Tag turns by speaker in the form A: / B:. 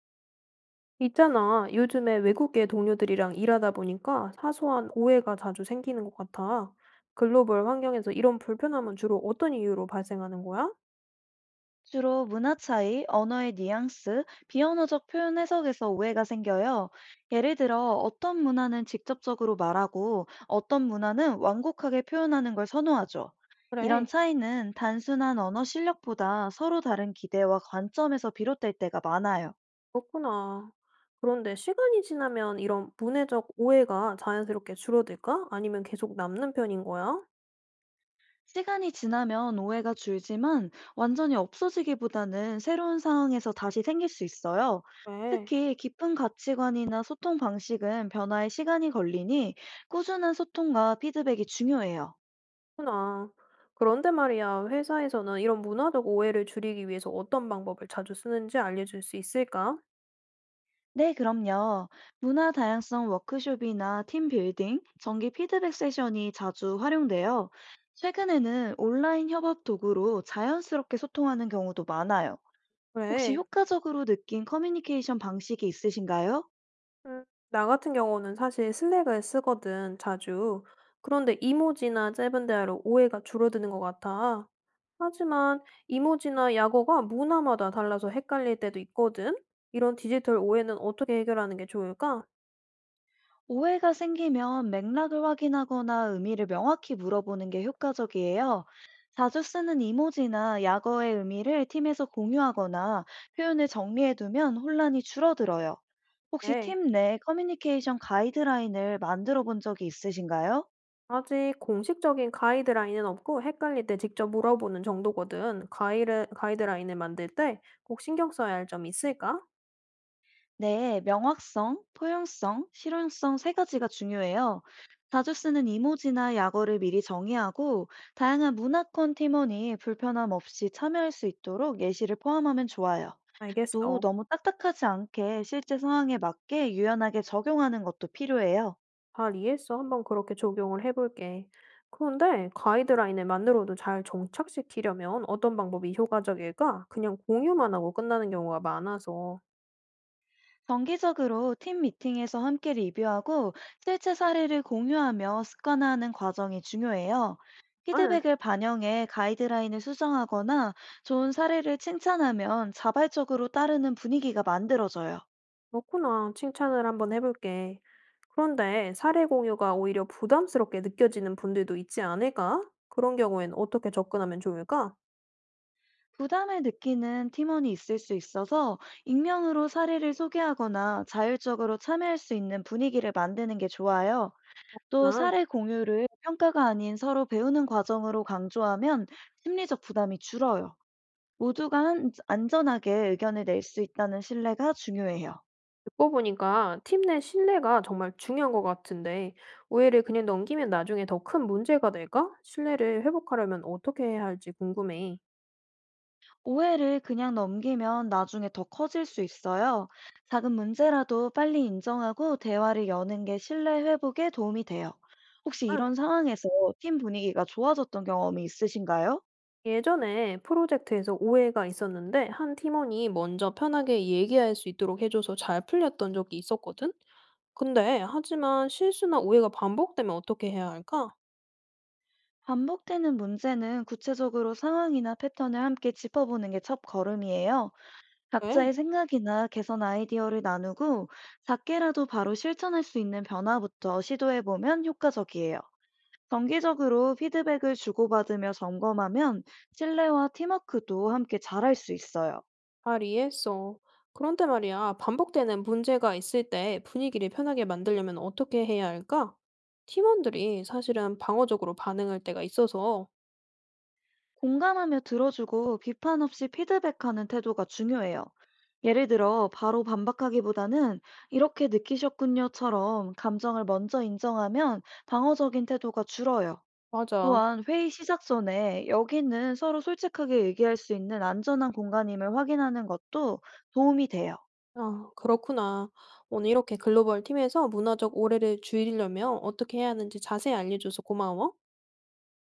A: 있잖아. 요즘에 외국계 동료들이랑 일하다 보니까 사소한 오해가 자주 생기는 것 같아. 글로벌 환경에서 이런 불편함은 주로 어떤 이유로 발생하는 거야?
B: 주로 문화 차이, 언어의 뉘앙스, 비언어적 표현 해석에서 오해가 생겨요. 예를 들어, 어떤 문화는 직접적으로 말하고, 어떤 문화는 완곡하게 표현하는 걸 선호하죠.
A: 그래,
B: 이런 차이는 단순한 언어 실력보다 서로 다른 기대와 관점에서 비롯될 때가 많아요.
A: 그렇구나. 그런데 시간이 지나면 이런 문해적 오해가 자연스럽게 줄어들까? 아니면 계속 남는 편인 거야?
B: 시간이 지나면 오해가 줄지만, 완전히 없어지기보다는 새로운 상황에서 다시 생길 수 있어요.
A: 네,
B: 특히 깊은 가치관이나 소통 방식은 변화에 시간이 걸리니, 꾸준한 소통과 피드백이 중요해요.
A: 그렇구나. 그런데 말이야, 회사에서는 이런 문화적 오해를 줄이기 위해서 어떤 방법을 자주 쓰는지 알려줄 수 있을까?
B: 네, 그럼요. 문화 다양성 워크숍이나 팀 빌딩, 정기 피드백 세션이 자주 활용돼요. 최근에는 온라인 협업 도구로 자연스럽게 소통하는 경우도 많아요. 혹시
A: 그래.
B: 효과적으로 느낀 커뮤니케이션 방식이 있으신가요?
A: 음, 나 같은 경우는 사실 슬랙을 쓰거든, 자주. 그런데 이모지나 짧은 대화로 오해가 줄어드는 것 같아. 하지만 이모지나 약어가 문화마다 달라서 헷갈릴 때도 있거든. 이런 디지털 오해는 어떻게 해결하는 게 좋을까?
B: 오해가 생기면 맥락을 확인하거나 의미를 명확히 물어보는 게 효과적이에요. 자주 쓰는 이모지나 약어의 의미를 팀에서 공유하거나 표현을 정리해두면 혼란이 줄어들어요. 혹시
A: 네.
B: 팀 내 커뮤니케이션 가이드라인을 만들어 본 적이 있으신가요?
A: 아직 공식적인 가이드라인은 없고 헷갈릴 때 직접 물어보는 정도거든. 가이드라인을 만들 때 꼭 신경 써야 할 점이 있을까?
B: 네, 명확성, 포용성, 실용성 세 가지가 중요해요. 자주 쓰는 이모지나 약어를 미리 정의하고, 다양한 문화권 팀원이 불편함 없이 참여할 수 있도록 예시를 포함하면 좋아요. 또
A: 알겠어.
B: 너무 딱딱하지 않게 실제 상황에 맞게 유연하게 적용하는 것도 필요해요.
A: 잘 이해했어. 한번 그렇게 적용을 해볼게. 그런데 가이드라인을 만들어도 잘 정착시키려면 어떤 방법이 효과적일까? 그냥 공유만 하고 끝나는 경우가 많아서.
B: 정기적으로 팀 미팅에서 함께 리뷰하고, 실제 사례를 공유하며 습관화하는 과정이 중요해요.
A: 아,
B: 피드백을 반영해 가이드라인을 수정하거나 좋은 사례를 칭찬하면 자발적으로 따르는 분위기가 만들어져요.
A: 그렇구나. 칭찬을 한번 해볼게. 그런데 사례 공유가 오히려 부담스럽게 느껴지는 분들도 있지 않을까? 그런 경우엔 어떻게 접근하면 좋을까?
B: 부담을 느끼는 팀원이 있을 수 있어서, 익명으로 사례를 소개하거나 자율적으로 참여할 수 있는 분위기를 만드는 게 좋아요. 또
A: 아.
B: 사례 공유를 평가가 아닌 서로 배우는 과정으로 강조하면 심리적 부담이 줄어요. 모두가 한 안전하게 의견을 낼 수 있다는 신뢰가 중요해요.
A: 듣고 보니까 팀 내 신뢰가 정말 중요한 것 같은데, 오해를 그냥 넘기면 나중에 더 큰 문제가 될까? 신뢰를 회복하려면 어떻게 해야 할지 궁금해.
B: 오해를 그냥 넘기면 나중에 더 커질 수 있어요. 작은 문제라도 빨리 인정하고 대화를 여는 게 신뢰 회복에 도움이 돼요. 혹시
A: 아,
B: 이런 상황에서 팀 분위기가 좋아졌던 경험이 있으신가요?
A: 예전에 프로젝트에서 오해가 있었는데, 한 팀원이 먼저 편하게 얘기할 수 있도록 해줘서 잘 풀렸던 적이 있었거든? 하지만 실수나 오해가 반복되면 어떻게 해야 할까?
B: 반복되는 문제는 구체적으로 상황이나 패턴을 함께 짚어보는 게 첫 걸음이에요.
A: 왜?
B: 각자의 생각이나 개선 아이디어를 나누고, 작게라도 바로 실천할 수 있는 변화부터 시도해보면 효과적이에요. 정기적으로 피드백을 주고받으며 점검하면 신뢰와 팀워크도 함께 잘할 수 있어요.
A: 잘 이해했어. 그런데 말이야, 반복되는 문제가 있을 때 분위기를 편하게 만들려면 어떻게 해야 할까? 팀원들이 사실은 방어적으로 반응할 때가 있어서.
B: 공감하며 들어주고 비판 없이 피드백하는 태도가 중요해요. 예를 들어, 바로 반박하기보다는 "이렇게 느끼셨군요처럼 감정을 먼저 인정하면 방어적인 태도가 줄어요.
A: 맞아.
B: 또한 회의 시작 전에 "여기는 서로 솔직하게 얘기할 수 있는 안전한 공간임을 확인하는 것도 도움이 돼요.
A: 아, 그렇구나. 오늘 이렇게 글로벌 팀에서 문화적 오해를 줄이려면 어떻게 해야 하는지 자세히 알려줘서 고마워.